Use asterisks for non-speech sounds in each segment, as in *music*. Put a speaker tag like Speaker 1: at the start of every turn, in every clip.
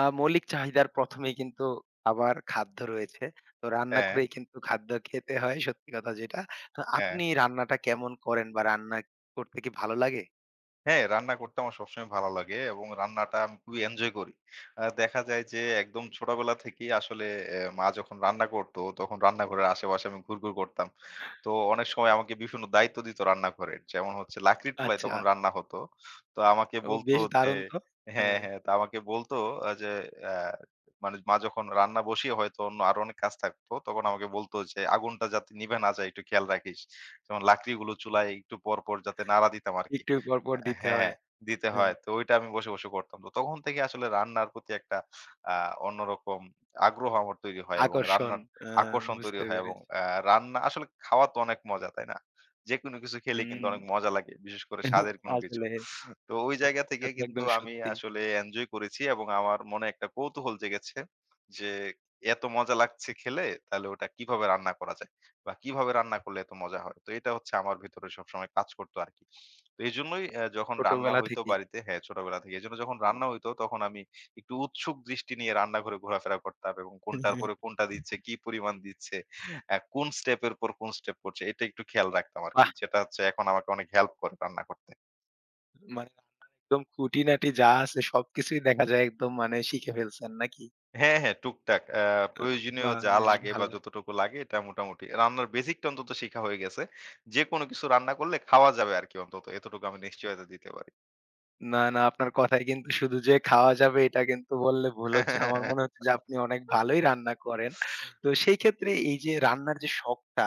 Speaker 1: মৌলিক চাহিদার ১ম এই কিন্তু আমার খাদ্য রয়েছে। তো রান্না
Speaker 2: হ্যাঁ,
Speaker 1: করেই কিন্তু খাদ্য খেতে হয় সত্যি কথা যেটা। তো
Speaker 2: হ্যাঁ।
Speaker 1: আপনি রান্নাটা কেমন করেন বা রান্না করতে কি ভালো লাগে?
Speaker 2: হ্যাঁ, রান্না করতে আমার সবসময় ভালো লাগে এবং রান্নাটা আমি খুবই এনজয় করি। দেখা যায় যে একদম ছোটবেলা থেকেই আসলে মা যখন রান্না করতো তখন রান্নাঘরের আশেপাশে আমি ঘুরঘুর করতাম। তো অনেক সময় আমাকে বিভিন্ন দায়িত্ব দিত রান্নাঘরের। যেমন হচ্ছে লাকড়ির চুলায়
Speaker 1: আচ্ছা।
Speaker 2: তখন রান্না হতো। তো আমাকে
Speaker 1: ও
Speaker 2: বলতো
Speaker 1: বেশ
Speaker 2: যে
Speaker 1: দারুণ তো।
Speaker 2: হ্যাঁ,
Speaker 1: হ্যাঁ,
Speaker 2: হ্যাঁ। তো আমাকে বলতো আ যে আ মানে মা যখন রান্না বসিয়ে হয়তো অন্য আরো অনেক কাজ থাকতো তখন আমাকে বলতো যে, "আগুনটা যাতে নিভে না যায় একটু খেয়াল রাখিস।" যেমন লাকড়িগুলো চুলায় একটু পর, পর যাতে নাড়া দিতাম আরকি।
Speaker 1: একটু পর, পর দিতে
Speaker 2: হ্যাঁ, হ্যাঁ,
Speaker 1: হয়।
Speaker 2: দিতে
Speaker 1: হ্যাঁ,
Speaker 2: হয়। তো ওইটা আমি বসে, বসে করতাম। তো তখন থেকে আসলে রান্নার প্রতি একটা আ অন্যরকম আগ্রহ আমার তৈরি হয় এবং
Speaker 1: আকর্ষণ।
Speaker 2: রান্নার
Speaker 1: আ
Speaker 2: আকর্ষণ তৈরি
Speaker 1: বুঝতে
Speaker 2: হয়। এবং
Speaker 1: পেরেছি।
Speaker 2: আ রান্না আসলে খাওয়া তো অনেক মজা, তাই না? যেকোনো কিছু খেলে কিন্তু
Speaker 1: হুম,
Speaker 2: অনেক মজা লাগে, বিশেষ করে স্বাদের কোনো কিছু।
Speaker 1: আসলে
Speaker 2: তো ওই জায়গা থেকে
Speaker 1: এটা তো
Speaker 2: কিন্তু
Speaker 1: একদম
Speaker 2: আমি
Speaker 1: সত্যি।
Speaker 2: আসলে এনজয় করেছি এবং আমার মনে একটা কৌতূহল জেগেছে যে, এত মজা লাগছে খেলে, তাহলে ওটা কিভাবে রান্না করা যায়? বা কিভাবে রান্না করলে এত মজা হয়? তো এটা হচ্ছে আমার ভেতরে সবসময় কাজ করতো আরকি। তো এজন্যই যখন রান্না
Speaker 1: ছোটবেলা
Speaker 2: হইতো
Speaker 1: থেকেই।
Speaker 2: বাড়িতে হ্যাঁ, ছোটবেলা থেকে। এজন্য যখন
Speaker 1: হুম।
Speaker 2: রান্না হইতো তখন আমি একটু উৎসুক দৃষ্টি নিয়ে রান্নাঘরে ঘোরাফেরা করতাম এবং কোনটার পরে
Speaker 1: *laughs*
Speaker 2: কোনটা দিচ্ছে, কি পরিমাণ দিচ্ছে, কোন স্টেপের পর কোন স্টেপ করছে এটা একটু খেয়াল রাখতাম আরকি।
Speaker 1: বাহ!
Speaker 2: যেটা হচ্ছে এখন আমাকে অনেক হেল্প করে রান্না করতে।
Speaker 1: মানে একদম খুঁটিনাটি যা আছে সবকিছুই দেখা যায় একদম মানে শিখে ফেলছেন নাকি?
Speaker 2: হ্যাঁ, হ্যাঁ, টুকটাক
Speaker 1: আহ,
Speaker 2: প্রয়োজনীয়
Speaker 1: বাহ!
Speaker 2: যা
Speaker 1: বেশ
Speaker 2: লাগে বা
Speaker 1: ভালো।
Speaker 2: যতটুকু লাগে এটা মোটামুটি রান্নার বেসিকটা অন্তত শিখা হয়ে গেছে। যেকোনো কিছু রান্না করলে খাওয়া যাবে আরকি অন্তত। এতটুকু আমি নিশ্চয়তা দিতে পারি।
Speaker 1: না, না আপনার কথায় কিন্তু শুধু যে খাওয়া যাবে এটা কিন্তু বললে ভুল হচ্ছে। আমার মনে
Speaker 2: *laughs*
Speaker 1: হচ্ছে যে আপনি অনেক ভালোই রান্না করেন। তো সেই ক্ষেত্রে এই যে রান্নার যে শখটা,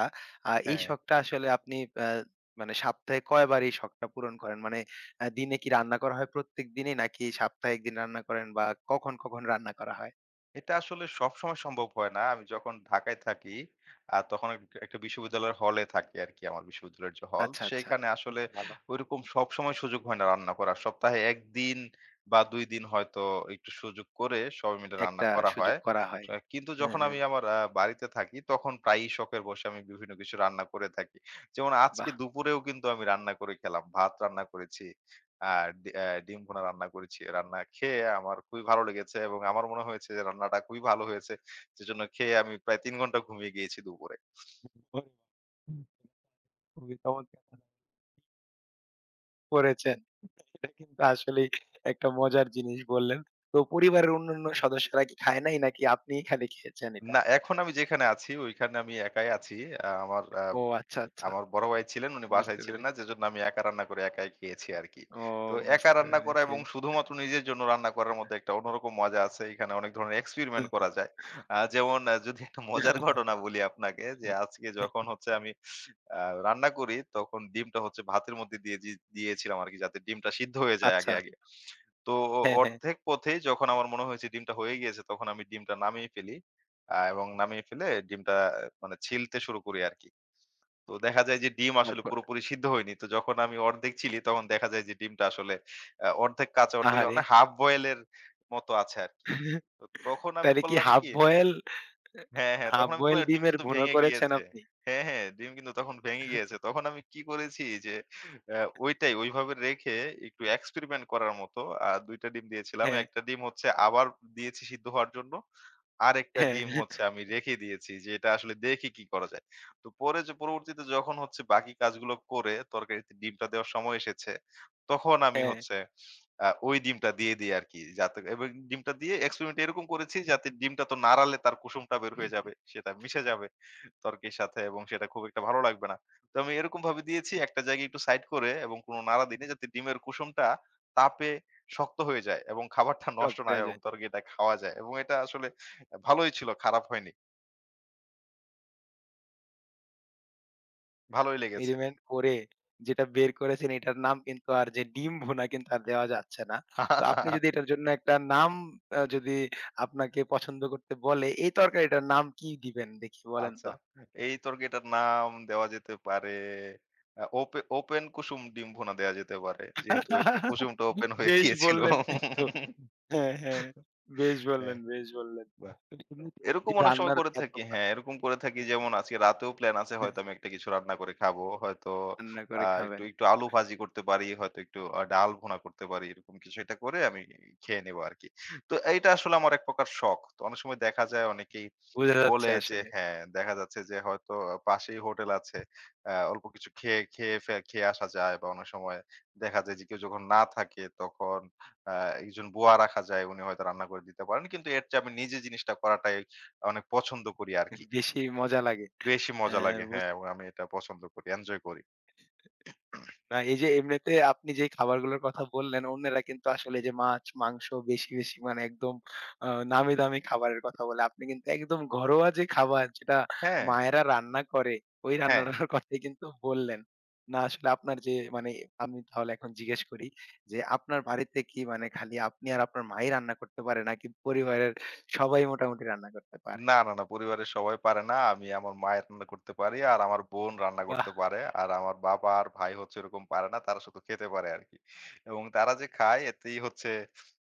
Speaker 1: এই
Speaker 2: হ্যাঁ।
Speaker 1: শখটা আসলে আপনি আ মানে সপ্তাহে কয়বার এই শখটা পূরণ করেন? মানে দিনে কি রান্না করা হয় প্রত্যেকদিনই নাকি সপ্তাহে ১ দিন রান্না করেন বা কখন, কখন রান্না করা হয়?
Speaker 2: এটা আসলে সবসময় সম্ভব হয় না। আমি যখন ঢাকায় থাকি, তখন এক একটা বিশ্ববিদ্যালয়ের হলে থাকি আরকি আমার বিশ্ববিদ্যালয়ের যে হল,
Speaker 1: আচ্ছা, আচ্ছা।
Speaker 2: সেখানে আসলে
Speaker 1: বেশ ভালো।
Speaker 2: ঐরকম সবসময় সুযোগ হয় না রান্না করার। সপ্তাহে ১ দিন বা ২ দিন হয়তো একটু সুযোগ করে সবাই মিলে রান্না
Speaker 1: একটা
Speaker 2: করা
Speaker 1: সুযোগ
Speaker 2: হয়।
Speaker 1: করা
Speaker 2: স
Speaker 1: হয়।
Speaker 2: কিন্তু
Speaker 1: হ্যাঁ,
Speaker 2: যখন
Speaker 1: হ্যাঁ।
Speaker 2: আমি আমার বাড়িতে থাকি তখন প্রায়ই শখের বশে আমি বিভিন্ন কিছু রান্না করে থাকি। যেমন আজকে
Speaker 1: বাহ!
Speaker 2: দুপুরেও কিন্তু আমি রান্না করে খেলাম। ভাত রান্না করেছি। আ ডি অ্যা ডিম ভুনা রান্না করেছি। রান্না খেয়ে আমার খুবই ভালো লেগেছে এবং আমার মনে হয়েছে যে রান্নাটা খুবই ভালো হয়েছে। সেজন্য খেয়ে আমি প্রায় ৩ ঘন্টা ঘুমিয়ে গিয়েছি দুপুরে।
Speaker 1: খুবই চমৎকার করেছেন। কিন্তু আসলেই একটা মজার জিনিস বললেন। তো পরিবারের অন্যান্য সদস্যরা কি খায় নাই নাকি আপনিই খালি খেয়েছেন এটা?
Speaker 2: না, এখন আমি যেখানে আছি ওইখানে আমি একাই আছি। আ আমার আ
Speaker 1: ও আচ্ছা, আচ্ছা।
Speaker 2: আমার বড় ভাই ছিলেন, উনি বাসায়
Speaker 1: বুঝতে
Speaker 2: ছিলেন
Speaker 1: পেরেছি।
Speaker 2: না। যেজন্য আমি একা রান্না করে একাই খেয়েছি আরকি।
Speaker 1: ও
Speaker 2: তো একা
Speaker 1: বুঝতে
Speaker 2: রান্না করা
Speaker 1: পেরেছি।
Speaker 2: এবং শুধুমাত্র নিজের জন্য রান্না করার মধ্যে একটা অন্যরকম মজা আছে। এখানে অনেক ধরনের এক্সপেরিমেন্ট
Speaker 1: *laughs*
Speaker 2: করা যায়। যেমন যদি একটা মজার ঘটনা বলি আপনাকে যে আজকে যখন হচ্ছে আমি আ রান্না করি তখন ডিমটা হচ্ছে ভাতের মধ্যে দিয়েছিলাম আরকি যাতে ডিমটা সিদ্ধ হয়ে যায় আগে,
Speaker 1: আচ্ছা।
Speaker 2: আগে। তো
Speaker 1: হ্যাঁ, হ্যাঁ।
Speaker 2: অর্ধেক পথেই যখন আমার মনে হয়েছে ডিমটা হয়ে গিয়েছে তখন আমি ডিমটা নামিয়ে ফেলি। এবং নামিয়ে ফেলে ডিমটা আহ, মানে ছিলতে শুরু করি আরকি। তো দেখা যায় যে ডিম আসলে
Speaker 1: তারপর?
Speaker 2: পুরোপুরি সিদ্ধ হয়নি। তো যখন আমি অর্ধেক চিলি তখন দেখা যায় যে ডিমটা আসলে অর্ধেক কাঁচা অর্ধেক
Speaker 1: আহারে!
Speaker 2: মানে হাফ বয়েল এর মতো আছে আরকি।
Speaker 1: *laughs*
Speaker 2: তো তখন আমি
Speaker 1: তাইলে কি
Speaker 2: করলাম
Speaker 1: হাফ
Speaker 2: কি
Speaker 1: বয়েল
Speaker 2: হ্যাঁ, হ্যাঁ,
Speaker 1: হাফ
Speaker 2: তখন আমি
Speaker 1: বয়েল
Speaker 2: করলাম ডিম
Speaker 1: ডিমের
Speaker 2: কিন্তু
Speaker 1: ভুনা
Speaker 2: ভেঙে
Speaker 1: করেছেন
Speaker 2: গিয়েছে।
Speaker 1: আপনি?
Speaker 2: হ্যাঁ, হ্যাঁ, ডিম কিন্তু তখন ভেঙে গিয়েছে।
Speaker 1: *laughs*
Speaker 2: তখন আমি কি করেছি যে আ ওইটাই ওইভাবে রেখে একটু এক্সপেরিমেন্ট করার মতো ২ টা ডিম দিয়েছিলাম।
Speaker 1: হ্যাঁ,
Speaker 2: ১ টা ডিম হচ্ছে আবার দিয়েছি সিদ্ধ হওয়ার জন্য। আরেকটা
Speaker 1: হ্যাঁ,
Speaker 2: ডিম হচ্ছে আমি রেখে দিয়েছি যে এটা আসলে দেখি কি করা যায়। তো পরে যে পরবর্তীতে যখন হচ্ছে বাকি কাজগুলো করে তরকারিতে ডিমটা দেওয়ার সময় এসেছে, তখন আমি
Speaker 1: হ্যাঁ।
Speaker 2: হচ্ছে ওই ডিমটা দিয়ে দিই আরকি। যাতে এবং ডিমটা দিয়ে এক্সপেরিমেন্ট এরকম করেছি যাতে ডিমটা তো নাড়ালে তার কুসুমটা বের হয়ে যাবে। সেটা মিশে যাবে তরকির সাথে এবং সেটা খুব একটা ভালো লাগবে না। তো আমি এরকম ভাবে দিয়েছি একটা জায়গায় একটু সাইড করে এবং কোনো নাড়া দিইনি যাতে ডিমের কুসুমটা তাপে শক্ত হয়ে যায় এবং খাবারটা নষ্ট
Speaker 1: শক্ত
Speaker 2: না হয়
Speaker 1: হয়ে
Speaker 2: এবং
Speaker 1: যায়।
Speaker 2: তরকারিটা খাওয়া যায়। এবং এটা আসলে ভালোই ছিল, খারাপ হয়নি। ভালোই লেগেছে।
Speaker 1: এক্সপেরিমেন্ট করে যেটা বের করেছেন এটার নাম কিন্তু আর যে ডিম ভুনা কিন্তু আর দেওয়া যাচ্ছে না। তো আপনি যদি এটার জন্য একটা নাম যদি আপনাকে পছন্দ করতে বলে, এই তরকারিটার নাম কি দিবেন দেখি বলেন
Speaker 2: আচ্ছা,
Speaker 1: তো?
Speaker 2: এই তরকারিটার নাম দেওয়া যেতে পারে আ ওপে ওপেন কুসুম ডিম ভুনা দেয়া যেতে পারে। যেহেতু এটা
Speaker 1: *laughs*
Speaker 2: কুসুমটা ওপেন হয়ে
Speaker 1: বেশ
Speaker 2: গিয়েছিল।
Speaker 1: বললেন কিন্তু। হ্যাঁ, হ্যাঁ। বেশ
Speaker 2: হ্যাঁ,
Speaker 1: বললেন, বেশ বললেন।
Speaker 2: বাহ!
Speaker 1: তো এমনিতে যে
Speaker 2: এরকম অনেক সময়
Speaker 1: রান্নার
Speaker 2: করে
Speaker 1: এত
Speaker 2: থাকি
Speaker 1: পা-
Speaker 2: হ্যাঁ, এরকম করে থাকি যেমন আজকে রাতেও প্ল্যান আছে
Speaker 1: হ্যাঁ,
Speaker 2: হয়তো আমি একটা কিছু রান্না করে খাবো। হয়তো
Speaker 1: রান্না করে
Speaker 2: একটু,
Speaker 1: খাবেন।
Speaker 2: একটু আলু ভাজি করতে পারি, হয়তো একটু ডাল ভুনা করতে পারি। এরকম কিছু একটা করে আমি খেয়ে নেবো আরকি। তো এইটা আসলে আমার এক প্রকার শখ। তো অনেক সময় দেখা যায় অনেকেই
Speaker 1: বোঝা
Speaker 2: বলে
Speaker 1: যাচ্ছে
Speaker 2: যে
Speaker 1: আসলে।
Speaker 2: হ্যাঁ, দেখা যাচ্ছে যে হয়তো পাশেই হোটেল আছে। অল্প কিছু খেয়ে খেয়ে ফে খেয়ে আসা যায় বা অনেক সময় দেখা যায় যে কেউ যখন না থাকে তখন আ একজন বুয়া রাখা যায়। উনি হয়তো রান্না করে দিতে পারেন। কিন্তু এর চেয়ে আমি নিজে জিনিসটা করাটাই অনেক পছন্দ করি আরকি।
Speaker 1: বেশি মজা লাগে।
Speaker 2: বেশি
Speaker 1: অ্যা
Speaker 2: মজা লাগে।
Speaker 1: বুঝ
Speaker 2: হ্যাঁ, এবং আমি এটা পছন্দ করি, এনজয় করি।
Speaker 1: না, এই যে এমনিতে আপনি যেই খাবারগুলোর কথা বললেন, অন্যেরা কিন্তু আসলে এই যে মাছ, মাংস বেশি, বেশি মানে একদম নামি দামি খাবারের কথা বলে। আপনি কিন্তু একদম ঘরোয়া যে খাবার যেটা
Speaker 2: হ্যাঁ,
Speaker 1: মায়েরা রান্না করে, ওই
Speaker 2: হ্যাঁ।
Speaker 1: রান্নাটার *laughs* কথাই কিন্তু বললেন। না আসলে আপনার যে মানে আমি তাহলে এখন জিজ্ঞেস করি যে, আপনার বাড়িতে কি মানে খালি আপনি আর আপনার মাই রান্না করতে পারে নাকি পরিবারের সবাই মোটামুটি রান্না করতে পারে?
Speaker 2: না, না, না। পরিবারের সবাই পারে না। আমি আমার মায়ের রান্না করতে পারি। আর আমার বোন রান্না
Speaker 1: বাহ!
Speaker 2: করতে পারে। আর আমার বাবা আর ভাই হচ্ছে ওরকম পারে না। তারা শুধু খেতে পারে আরকি। এবং তারা যে খায় এতেই হচ্ছে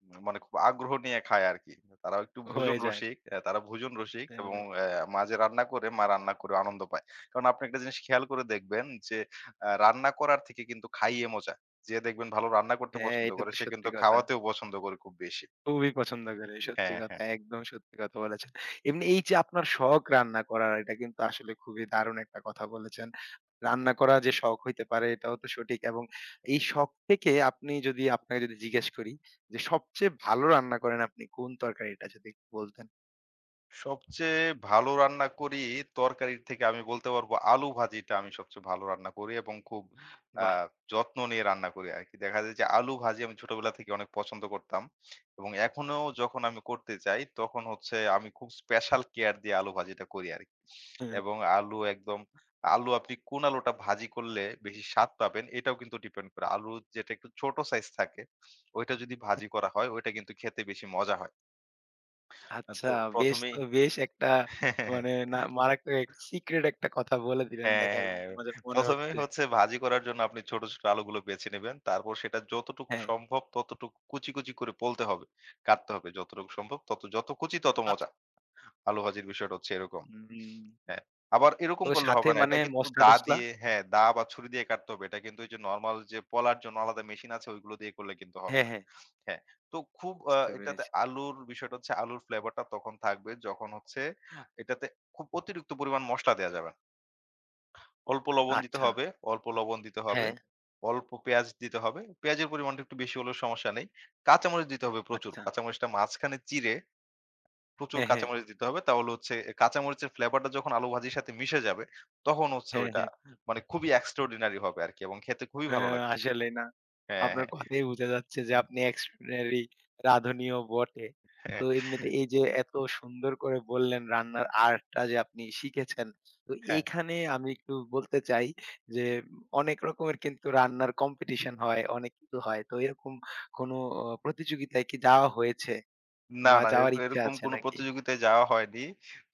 Speaker 2: মানে খুব আগ্রহ নিয়ে খায় আরকি। তারাও একটু ভোজন
Speaker 1: হয়ে যায়।
Speaker 2: রসিক। তারা ভোজন রসিক এবং
Speaker 1: হ্যাঁ,
Speaker 2: অ্যা মা যে রান্না করে, মা রান্না করে আনন্দ পায়। কারণ আপনি একটা জিনিস খেয়াল করে দেখবেন যে রান্না করার থেকে কিন্তু খাইয়ে মজা। যে দেখবেন ভালো রান্না করতে
Speaker 1: হ্যাঁ,
Speaker 2: পছন্দ
Speaker 1: এটা
Speaker 2: করে
Speaker 1: তো
Speaker 2: সে কিন্তু
Speaker 1: সত্যি কথা।
Speaker 2: খাওয়াতেও পছন্দ করে খুব বেশি।
Speaker 1: খুবই পছন্দ করে। সত্যি
Speaker 2: হ্যাঁ,
Speaker 1: কথা।
Speaker 2: হ্যাঁ।
Speaker 1: একদম সত্যি কথা বলেছেন। এমনি এই যে আপনার শখ রান্না করার এটা কিন্তু আসলে খুবই দারুণ একটা কথা বলেছেন। রান্না করা যে শখ হইতে পারে এটাও তো সঠিক এবং এই শখ থেকে আপনি যদি আপনাকে যদি জিজ্ঞেস করি যে সবচেয়ে ভালো রান্না করেন আপনি কোন তরকারিটা যদি একটু বলতেন?
Speaker 2: সবচেয়ে ভালো রান্না করি তরকারির থেকে আমি বলতে পারবো আলু ভাজিটা আমি সবচেয়ে ভালো রান্না করি এবং খুব
Speaker 1: বাহ!
Speaker 2: আহ, যত্ন নিয়ে রান্না করি আর কি দেখা যায় যে আলু ভাজি আমি ছোটবেলা থেকে অনেক পছন্দ করতাম এবং এখনো যখন আমি করতে চাই তখন হচ্ছে আমি খুব স্পেশাল কেয়ার দিয়ে আলু ভাজিটা করি আর কি এবং আলু একদম আলু আপনি কোন আলুটা ভাজি করলে বেশি স্বাদ পাবেন এটাও কিন্তু ডিপেন্ড করে আলু যেটা একটু ছোট সাইজ থাকে ওইটা যদি ভাজি করা হয় ওইটা কিন্তু খেতে বেশি মজা হয়।
Speaker 1: আচ্ছা
Speaker 2: তো
Speaker 1: বেশ
Speaker 2: প্রথমেই
Speaker 1: তো বেশ একটা
Speaker 2: হ্যাঁ,
Speaker 1: মানে না মারাত্মক একটা সিক্রেট একটা কথা বলে দিলেন দেখা
Speaker 2: হ্যাঁ।
Speaker 1: মজা মনে
Speaker 2: ১ম এ
Speaker 1: হচ্ছে।
Speaker 2: হচ্ছে ভাজি করার জন্য আপনি ছোট, ছোট আলুগুলো বেছে নেবেন। তারপর সেটা যতটুকু
Speaker 1: হ্যাঁ।
Speaker 2: সম্ভব ততটুকু কুচি, কুচি করে পোলতে হবে। কাটতে হবে যতটুকু সম্ভব তত যত কুচি তত মজা।
Speaker 1: পাতলা।
Speaker 2: আলু ভাজির বিষয়টা হচ্ছে এরকম।
Speaker 1: হুম।
Speaker 2: হ্যাঁ। আবার এরকম
Speaker 1: তো
Speaker 2: করলে
Speaker 1: সাথে
Speaker 2: হবে না।
Speaker 1: মানে
Speaker 2: এটা কিন্তু দা
Speaker 1: মসলা-টসলা?
Speaker 2: দিয়ে হ্যাঁ, দা বা ছুরি দিয়ে কাটতে হবে। এটা কিন্তু ওই যে নরমাল যে পলার জন্য আলাদা মেশিন আছে ওইগুলো দিয়ে করলে কিন্তু হবে
Speaker 1: হ্যাঁ,
Speaker 2: না।
Speaker 1: হ্যাঁ।
Speaker 2: হ্যাঁ। তো খুব আ
Speaker 1: বুঝতে
Speaker 2: এটাতে
Speaker 1: পেরেছি।
Speaker 2: আলুর বিষয়টা হচ্ছে আলুর ফ্লেভারটা তখন থাকবে যখন হচ্ছে এটাতে খুব অতিরিক্ত পরিমাণ মসলা দেয়া যাবে না। অল্প লবণ দিতে
Speaker 1: আচ্ছা।
Speaker 2: হবে, অল্প লবণ দিতে হবে,
Speaker 1: হ্যাঁ,
Speaker 2: অল্প পেঁয়াজ দিতে হবে। পেঁয়াজের পরিমাণটা একটু বেশি হলেও সমস্যা নেই। কাঁচামরিচ দিতে হবে প্রচুর।
Speaker 1: আচ্ছা।
Speaker 2: কাঁচামরিচটা মাঝখানে চিড়ে প্রচুর
Speaker 1: হ্যাঁ, হ্যাঁ।
Speaker 2: কাঁচামরিচ দিতে হবে। তাহলে হচ্ছে কাঁচামরিচের ফ্লেভারটা যখন আলু ভাজির সাথে মিশে যাবে, তখন হচ্ছে
Speaker 1: হ্যাঁ,
Speaker 2: ওইটা
Speaker 1: হ্যাঁ।
Speaker 2: মানে খুবই এক্সট্রাঅর্ডিনারি হবে আরকি এবং খেতে খুবই ভালো
Speaker 1: হ্যাঁ,
Speaker 2: লাগবে।
Speaker 1: আসলেই না।
Speaker 2: হ্যাঁ,
Speaker 1: আপনার
Speaker 2: হ্যাঁ।
Speaker 1: কথায় বোঝা যাচ্ছে যে আপনি এক্সট্রাঅর্ডিনারি রাঁধুনিও বটে।
Speaker 2: হ্যাঁ,
Speaker 1: তো এমনিতে এই যে এত সুন্দর করে বললেন রান্নার আর্টটা যে আপনি শিখেছেন। তো
Speaker 2: হ্যাঁ।
Speaker 1: এইখানে আমি একটু বলতে চাই যে অনেক রকমের কিন্তু রান্নার কম্পিটিশন হয়, অনেক কিছু হয়। তো এরকম কোনো প্রতিযোগিতায় কি যাওয়া হয়েছে
Speaker 2: না,
Speaker 1: বা
Speaker 2: না।
Speaker 1: যাওয়ার ইচ্ছা
Speaker 2: এরকম
Speaker 1: আছে
Speaker 2: কোনো
Speaker 1: নাকি?
Speaker 2: প্রতিযোগিতায় যাওয়া হয়নি।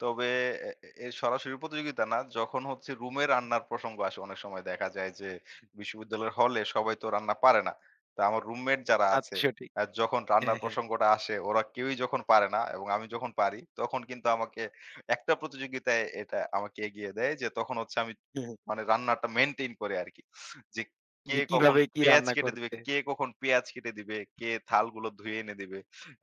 Speaker 2: তবে এ এর সরাসরি প্রতিযোগিতা না। যখন হচ্ছে রুমে রান্নার প্রসঙ্গ আসে অনেক সময় দেখা যায় যে, বিশ্ববিদ্যালয়ের হলে সবাই তো রান্না পারে না। তো আমার রুমমেট যারা
Speaker 1: তা তো
Speaker 2: আছে,
Speaker 1: সঠিক।
Speaker 2: যখন
Speaker 1: হ্যাঁ,
Speaker 2: রান্নার
Speaker 1: হ্যাঁ।
Speaker 2: প্রসঙ্গটা আসে ওরা কেউই যখন পারে না এবং আমি যখন পারি তখন কিন্তু আমাকে একটা প্রতিযোগিতায় এটা আমাকে এগিয়ে দেয় যে, তখন হচ্ছে আমি
Speaker 1: হ্যাঁ, হ্যাঁ।
Speaker 2: মানে রান্নাটা মেইনটেইন করে আরকি। যে কে
Speaker 1: যে
Speaker 2: কখন
Speaker 1: কিভাবে কি
Speaker 2: পেঁয়াজ
Speaker 1: রান্না
Speaker 2: কেটে দিবে,
Speaker 1: করছে?
Speaker 2: কে কখন পেঁয়াজ কেটে দিবে, কে থালগুলো ধুয়ে এনে দিবে।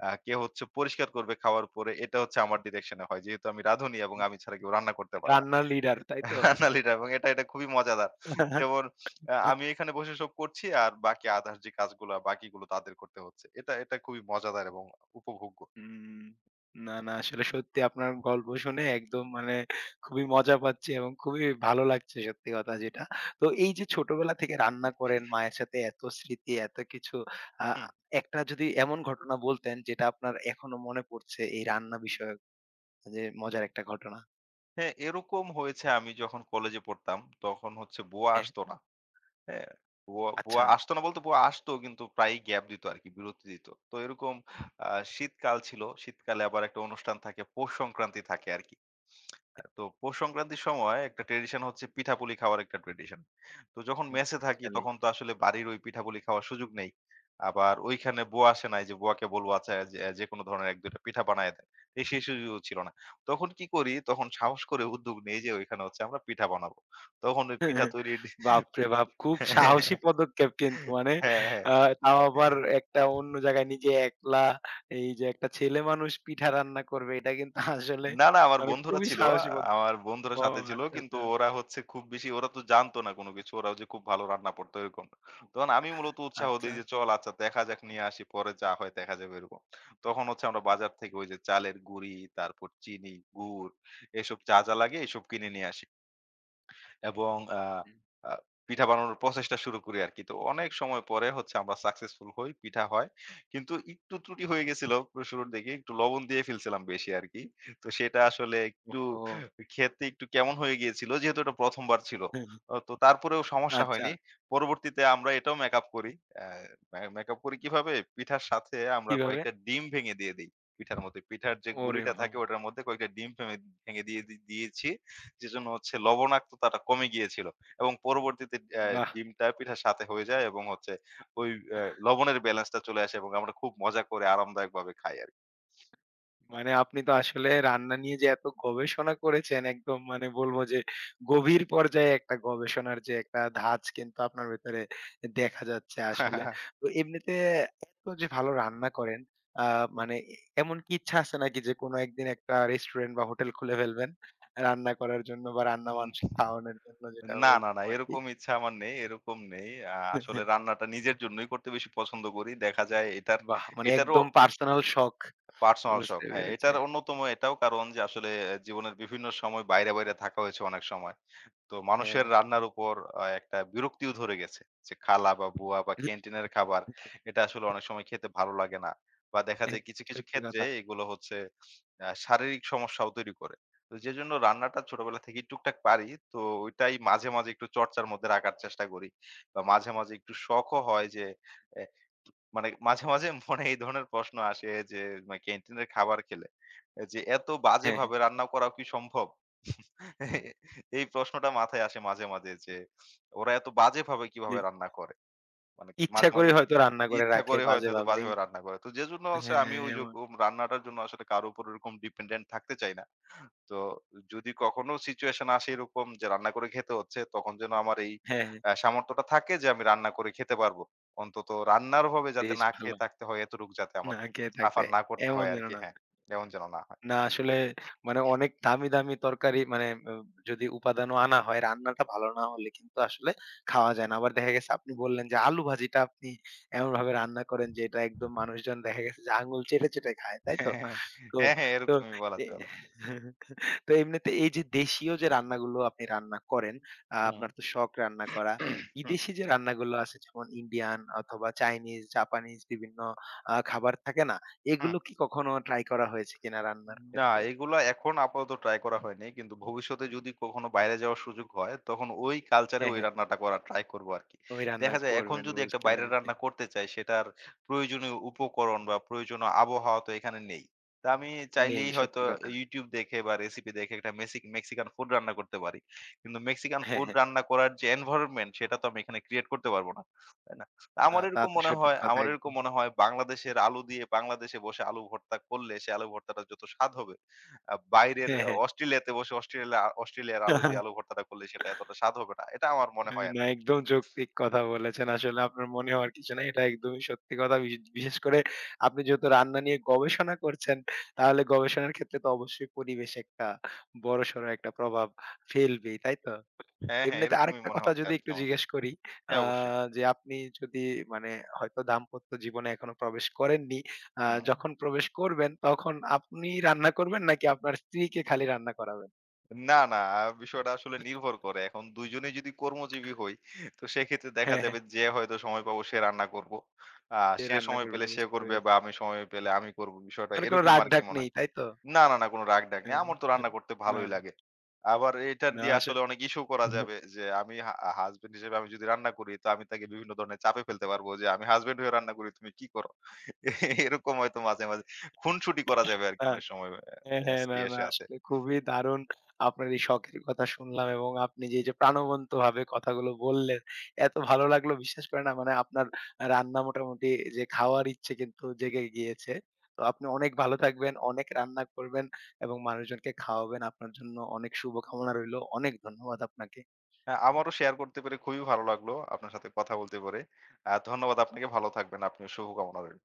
Speaker 2: কেউ হচ্ছে পরিষ্কার করবে খাওয়ার পরে। এটা হচ্ছে আমার ডিরেকশন এ হয়। যেহেতু আমি রাঁধুনি এবং আমি ছাড়া কেউ রান্না করতে পারে না।
Speaker 1: রান্নার লিডার, তাই তো?
Speaker 2: *laughs* রান্নালিটা এবং এটা, এটা খুবই মজাদার। যেমন
Speaker 1: *laughs*
Speaker 2: আমি এখানে বসে সব করছি আর বাকি আদার্স যে কাজগুলা বাকিগুলো তাদের করতে হচ্ছে। এটা, এটা খুবই মজাদার এবং উপভোগ্য।
Speaker 1: হুম। না, না আসলে সত্যি আপনার গল্প শুনে একদম মানে খুবই মজা পাচ্ছি এবং খুবই ভালো লাগছে সত্যি কথা যেটা। তো এই যে ছোটবেলা থেকে রান্না করেন, মায়ের সাথে এত স্মৃতি, এত কিছু আ
Speaker 2: হুম।
Speaker 1: একটা যদি এমন ঘটনা বলতেন যেটা আপনার এখনো মনে পড়ছে এই রান্না বিষয়ক যে মজার একটা ঘটনা?
Speaker 2: হ্যাঁ, এরকম হয়েছে আমি যখন কলেজে পড়তাম তখন হচ্ছে বুয়া
Speaker 1: হ্যাঁ,
Speaker 2: আসতো না। হ্যাঁ? বুয়া
Speaker 1: আচ্ছা।
Speaker 2: আসতো না বলতে বুয়া আসতো কিন্তু প্রায়ই গ্যাপ দিত আরকি, বিরতি দিত। তো এরকম আ শীতকাল ছিল। শীতকালে আবার একটা অনুষ্ঠান থাকে, পৌষ সংক্রান্তি থাকে আরকি। তো পৌষ সংক্রান্তির সময় একটা ট্র্যাডিশন হচ্ছে পিঠাপুলি খাওয়ার একটা ট্র্যাডিশন। তো যখন
Speaker 1: হুম,
Speaker 2: মেসে থাকি
Speaker 1: আসলেই।
Speaker 2: তখন তো আসলে বাড়ির ওই পিঠাপুলি খাওয়ার সুযোগ নেই। আবার ওইখানে বুয়া আসে নাই যে বুয়াকে বলবো আচ্ছা যে যেকোনো ধরনের ১ ২ টা পিঠা বানায় দেন। এই সেই সুযোগও ছিল না। তখন কি করি তখন সাহস করে উদ্যোগ নেই যে ওইখানে হচ্ছে আমরা পিঠা বানাবো। তখন ওই পিঠা তৈরির
Speaker 1: বাপরে বাপ! খুব সাহসী
Speaker 2: *laughs*
Speaker 1: পদক্ষেপ কিন্তু মানে
Speaker 2: হ্যাঁ, হ্যাঁ।
Speaker 1: আ তাও আবার একটা অন্য জায়গায় নিজে একলা এই যে একটা ছেলে মানুষ পিঠা রান্না করবে এটা কিন্তু *laughs* আসলে
Speaker 2: না, না আমার
Speaker 1: মানে
Speaker 2: বন্ধুরা
Speaker 1: খুবই
Speaker 2: ছিল।
Speaker 1: সাহসী.
Speaker 2: আমার বন্ধুরা
Speaker 1: ও
Speaker 2: সাথে ছিল।
Speaker 1: আচ্ছা,
Speaker 2: কিন্তু
Speaker 1: আচ্ছা,
Speaker 2: ওরা হচ্ছে খুব বেশি ওরা তো জানতো না কোনো কিছু। ওরাও যে খুব ভালো রান্না পারতো এরকম না। তখন আমি মূলত উৎসাহ
Speaker 1: আচ্ছা।
Speaker 2: দেই যে, "চল আচ্ছা দেখা যাক নিয়ে আসি। পরে যা হয় দেখা যাবে" এরকম। তখন হচ্ছে আমরা বাজার থেকে ওই যে চালের গুঁড়ি, তারপর চিনি, গুড় এসব যা লাগে এসব কিনে নিয়ে আসি। এবং আ আ পিঠা বানানোর প্রচেষ্টা শুরু করি আরকি। তো অনেক সময় পরে হচ্ছে আমরা সাকসেসফুল হই, পিঠা হয়। কিন্তু একটু ত্রুটি হয়ে গেছিল শুরুর দিকে। একটু লবণ দিয়ে ফেলছিলাম বেশি আরকি। তো সেটা আসলে একটু
Speaker 1: ওহহো!
Speaker 2: খেতে একটু কেমন হয়ে গিয়েছিল যেহেতু এটা ১ম বার ছিল। অ তো তারপরেও সমস্যা
Speaker 1: আচ্ছা
Speaker 2: হয়নি। পরবর্তীতে আমরা এটাও মেকআপ করি। অ্যা মে মেকআপ করি কিভাবে? পিঠার সাথে আমরা
Speaker 1: কিভাবে?
Speaker 2: কয়েকটা ডিম ভেঙে দিয়ে দেই পিঠার মধ্যে। পিঠার যে
Speaker 1: ওরে
Speaker 2: গুলিটা
Speaker 1: বাবা!
Speaker 2: থাকে ওটার মধ্যে কয়েকটা ডিম ভেঙে ভেঙে দিয়ে দিয়েছি। যেজন্য হচ্ছে লবণাক্ততাটা কমে গিয়েছিল এবং পরবর্তীতে
Speaker 1: বাহ!
Speaker 2: ডিমটা পিঠার সাথে হয়ে যায় এবং হচ্ছে ওই লবণের ব্যালেন্সটা চলে আসে এবং আমরা খুব মজা করে আরামদায়কভাবে খাই আরকি।
Speaker 1: মানে আপনি তো আসলে রান্না নিয়ে যে এত গবেষণা করেছেন একদম মানে বলবো যে গভীর পর্যায়ে একটা গবেষণার যে একটা ধাঁচ কিন্তু আপনার ভেতরে দেখা যাচ্ছে আসলে।
Speaker 2: *laughs*
Speaker 1: তো এমনিতে এত যে ভালো রান্না করেন, আ মানে এমন কি ইচ্ছা আছে নাকি যে কোনো একদিন একটা রেস্টুরেন্ট বা হোটেল খুলে ফেলবেন? রান্না করার জন্য বা রান্না মানুষকে
Speaker 2: উম
Speaker 1: খাওয়ানোর জন্য যেটা
Speaker 2: না, না,
Speaker 1: বলতাম
Speaker 2: না
Speaker 1: আরকি।
Speaker 2: এরকম ইচ্ছা আমার নেই, এরকম নেই। আসলে
Speaker 1: *laughs*
Speaker 2: রান্নাটা নিজের জন্যই করতে বেশি পছন্দ করি। দেখা যায় এটার
Speaker 1: বাহ! মানে
Speaker 2: এটারও
Speaker 1: একদম পার্সোনাল শখ
Speaker 2: পার্সোনাল শখ।
Speaker 1: বুঝতে
Speaker 2: হ্যাঁ,
Speaker 1: পেরেছি।
Speaker 2: এটার অন্যতম এটাও কারণ যে আসলে জীবনের বিভিন্ন সময় বাইরে থাকা হয়েছে অনেক সময়। তো
Speaker 1: হ্যাঁ,
Speaker 2: মানুষের
Speaker 1: হ্যাঁ,
Speaker 2: রান্নার উপর একটা বিরক্তিও ধরে গেছে। যে খালা বা বুয়া বা ক্যান্টিনের খাবার এটা আসলে অনেক সময় খেতে ভালো লাগে না। বা দেখা
Speaker 1: হ্যাঁ,
Speaker 2: যায় কিছু
Speaker 1: সত্যি
Speaker 2: ক্ষেত্রে
Speaker 1: কথা।
Speaker 2: এগুলো হচ্ছে শারীরিক সমস্যাও তৈরি করে। তো যেজন্য রান্নাটা ছোটবেলা থেকেই টুকটাক পারি। তো ওইটাই মাঝে একটু চর্চার মধ্যে রাখার চেষ্টা করি। বা মাঝে একটু শখও হয় যে এ মানে মাঝে মনে এই ধরনের প্রশ্ন আসে যে মা ক্যান্টিনের খাবার খেলে এ যে এত
Speaker 1: হ্যাঁ, হ্যাঁ,
Speaker 2: বাজেভাবে রান্না করাও কি সম্ভব? *laughs* এই প্রশ্নটা মাথায় আসে মাঝে যে ওরা এত বাজেভাবে
Speaker 1: জি।
Speaker 2: কিভাবে রান্না করে? মানে
Speaker 1: ইচ্ছা
Speaker 2: মাঝে,
Speaker 1: করে
Speaker 2: মাঝে
Speaker 1: হয়তো রান্না করে
Speaker 2: ইচ্ছা
Speaker 1: রাখে
Speaker 2: করে হয়তো এত
Speaker 1: বাজেভাবে।
Speaker 2: বাজেভাবে রান্না করে। তো যে জন্য হচ্ছে আমি
Speaker 1: হ্যাঁ, এমন।
Speaker 2: ওইরকম রান্নাটার জন্য আসলে কারো উপর ওরকম ডিপেন্ডেন্ট থাকতে চাই না। তো যদি কখনো সিচুয়েশন আসে এরকম যে রান্না করে খেতে হচ্ছে, তখন যেন আমার এই
Speaker 1: হ্যাঁ, হ্যাঁ।
Speaker 2: সামর্থ্যটা থাকে যে আমি রান্না করে খেতে পারবো। অন্তত রান্নার অভাবে যাতে
Speaker 1: বেশ
Speaker 2: না
Speaker 1: ভালো।
Speaker 2: খেয়ে থাকতে হয় এতটুকু যাতে আমার
Speaker 1: না খেয়ে
Speaker 2: সাফার
Speaker 1: থাকবে।
Speaker 2: না করতে
Speaker 1: এমন
Speaker 2: হয়
Speaker 1: যেন
Speaker 2: আরকি।
Speaker 1: না।
Speaker 2: হ্যাঁ, এমন যেন না হয়।
Speaker 1: না আসলে মানে অনেক দামি, দামি তরকারি মানে যদি উপাদানও আনা হয়, রান্নাটা ভালো না হলে কিন্তু আসলে খাওয়া যায় না। আবার দেখা গেছে আপনি বললেন যে, আলু ভাজিটা আপনি এমনভাবে রান্না করেন যে, এটা একদম মানুষজন দেখা গেছে যে আঙুল চেটে, চেটে খায়,
Speaker 2: *laughs*
Speaker 1: তাই তো?
Speaker 2: হ্যাঁ,
Speaker 1: তো
Speaker 2: হ্যাঁ,
Speaker 1: তো
Speaker 2: এরকমই বলা
Speaker 1: এ
Speaker 2: চলে।
Speaker 1: *laughs* তো এমনিতে এই যে দেশীয় যে রান্নাগুলো আপনি রান্না করেন,
Speaker 2: হুম।
Speaker 1: আপনার তো শখ রান্না করা।
Speaker 2: *clears throat* হুম,
Speaker 1: বিদেশি যে রান্নাগুলো আছে যেমন ইন্ডিয়ান অথবা চাইনিজ, জাপানিজ বিভিন্ন খাবার থাকে না?
Speaker 2: হুম।
Speaker 1: এগুলো কি কখনো ট্রাই করা হয়েছে কিনা রান্নার
Speaker 2: না,
Speaker 1: ক্ষেত্রে?
Speaker 2: এগুলো এখন আপাতত ট্রাই করা হয়নি। কিন্তু ভবিষ্যতে যদি কখনো বাইরে যাওয়ার সুযোগ হয়, তখন ওই কালচারে
Speaker 1: হ্যাঁ,
Speaker 2: ওই
Speaker 1: হ্যাঁ।
Speaker 2: রান্নাটা করার ট্রাই করব আরকি।
Speaker 1: ওই রান্না
Speaker 2: দেখা যায় এখন
Speaker 1: করবেন
Speaker 2: যদি একটা
Speaker 1: বুঝতে
Speaker 2: বাইরের
Speaker 1: পেরেছি।
Speaker 2: রান্না করতে চাই, সেটার প্রয়োজনীয় উপকরণ বা প্রয়োজনীয় আবহাওয়া তো এখানে নেই। তা আমি
Speaker 1: নেই
Speaker 2: চাইলেই হয়তো
Speaker 1: সত্যি কথা।
Speaker 2: YouTube দেখে বা রেসিপি দেখে একটা মেক্সিকান ফুড রান্না করতে পারি। কিন্তু মেক্সিকান
Speaker 1: হ্যাঁ,
Speaker 2: ফুড
Speaker 1: হ্যাঁ।
Speaker 2: রান্না করার যে এনভায়রনমেন্ট, সেটা তো আমি এখানে ক্রিয়েট করতে পারব না।
Speaker 1: তা তো সঠিক কথা
Speaker 2: আমার এরকম
Speaker 1: একদম।
Speaker 2: মনে হয় বাংলাদেশের আলু দিয়ে বাংলাদেশে বসে আলু ভর্তা করলে সে আলু ভর্তাটা যত স্বাদ হবে বাইরের
Speaker 1: হ্যাঁ, হ্যাঁ।
Speaker 2: অস্ট্রেলিয়াতে বসে অস্ট্রেলিয়ার আলু দিয়ে আলু
Speaker 1: *laughs*
Speaker 2: ভর্তাটা করলে সেটা এতটা স্বাদ হবে না। এটা আমার মনে হয়
Speaker 1: না
Speaker 2: আরকি।
Speaker 1: একদম যৌক্তিক কথা বলেছেন। আসলে আপনার মনে হওয়ার কিছু নাই। এটা একদমই সত্যি কথা। বিশেষ করে আপনি যেহেতু রান্না নিয়ে গবেষণা করছেন, তাহলে গবেষণার ক্ষেত্রে তো অবশ্যই পরিবেশ একটা বড়সড় একটা প্রভাব ফেলবেই, তাই তো?
Speaker 2: হ্যাঁ, হ্যাঁ,
Speaker 1: এমনিতে
Speaker 2: এরকমই
Speaker 1: আরেকটা
Speaker 2: মনে
Speaker 1: কথা
Speaker 2: হচ্ছে
Speaker 1: যদি
Speaker 2: আরকি
Speaker 1: একটু
Speaker 2: আমার।
Speaker 1: জিজ্ঞেস করি, আ
Speaker 2: হ্যাঁ, অবশ্যই।
Speaker 1: যে আপনি যদি মানে হয়তো দাম্পত্য জীবনে এখনো প্রবেশ করেননি। আ
Speaker 2: হুম।
Speaker 1: যখন প্রবেশ করবেন তখন আপনি রান্না করবেন নাকি আপনার স্ত্রীকে খালি রান্না করাবেন?
Speaker 2: না, না আ বিষয়টা আসলে নির্ভর করে। এখন ২ জনেই যদি কর্মজীবী হই তো সেক্ষেত্রে দেখা
Speaker 1: হ্যাঁ, হ্যাঁ।
Speaker 2: যাবে যে হয়তো সময় পাবো সে রান্না করব। আ
Speaker 1: যে
Speaker 2: সে
Speaker 1: রান্না
Speaker 2: সময়
Speaker 1: করবেন
Speaker 2: পেলে সে
Speaker 1: বুঝতে
Speaker 2: করবে বা
Speaker 1: পেরেছি।
Speaker 2: আমি সময় পেলে আমি করব। বিষয়টা
Speaker 1: মানে কোনো
Speaker 2: এরকম
Speaker 1: রাগ
Speaker 2: আরকি
Speaker 1: ঢাক
Speaker 2: মনে
Speaker 1: নেই,
Speaker 2: হয়।
Speaker 1: তাই তো?
Speaker 2: না, না, না কোন রাগ-ঢাক নেই।
Speaker 1: হ্যাঁ,
Speaker 2: আমার তো
Speaker 1: হ্যাঁ।
Speaker 2: রান্না করতে
Speaker 1: না,
Speaker 2: ভালোই
Speaker 1: না।
Speaker 2: লাগে। আবার এটার
Speaker 1: না
Speaker 2: দিয়ে
Speaker 1: আসে
Speaker 2: আসলে অনেক ইস্যু করা যাবে যে আমি হা হাসব্যান্ড হিসেবে আমি যদি রান্না করি তো আমি তাকে বিভিন্ন ধরনের চাপে ফেলতে পারবো যে, "আমি হাসব্যান্ড হয়ে রান্না করি, তুমি কি করো?" *laughs* এরকম হয়তো মাঝে খুনসুটি করা যাবে আরকি
Speaker 1: না।
Speaker 2: অনেক সময়
Speaker 1: হ্যাঁ, হ্যাঁ। না,
Speaker 2: স্ত্রীর
Speaker 1: না
Speaker 2: সাথে।
Speaker 1: আসলে খুবই দারুণ আপনার এই শখের কথা শুনলাম এবং আপনি যে প্রাণবন্তভাবে কথাগুলো বললেন, এত ভালো লাগলো বিশ্বাস করেন না মানে আপনার রান্না মোটামুটি যে খাওয়ার ইচ্ছে কিন্তু জেগে গিয়েছে। তো আপনি অনেক ভালো থাকবেন, অনেক রান্না করবেন এবং মানুষজনকে খাওয়াবেন। আপনার জন্য অনেক শুভকামনা রইলো। অনেক ধন্যবাদ আপনাকে।
Speaker 2: হ্যাঁ, আমারও শেয়ার করতে পেরে খুবই ভালো লাগলো আপনার সাথে কথা বলতে পেরে। ধন্যবাদ আপনাকে। ভালো থাকবেন। আপনিও শুভকামনা রইল।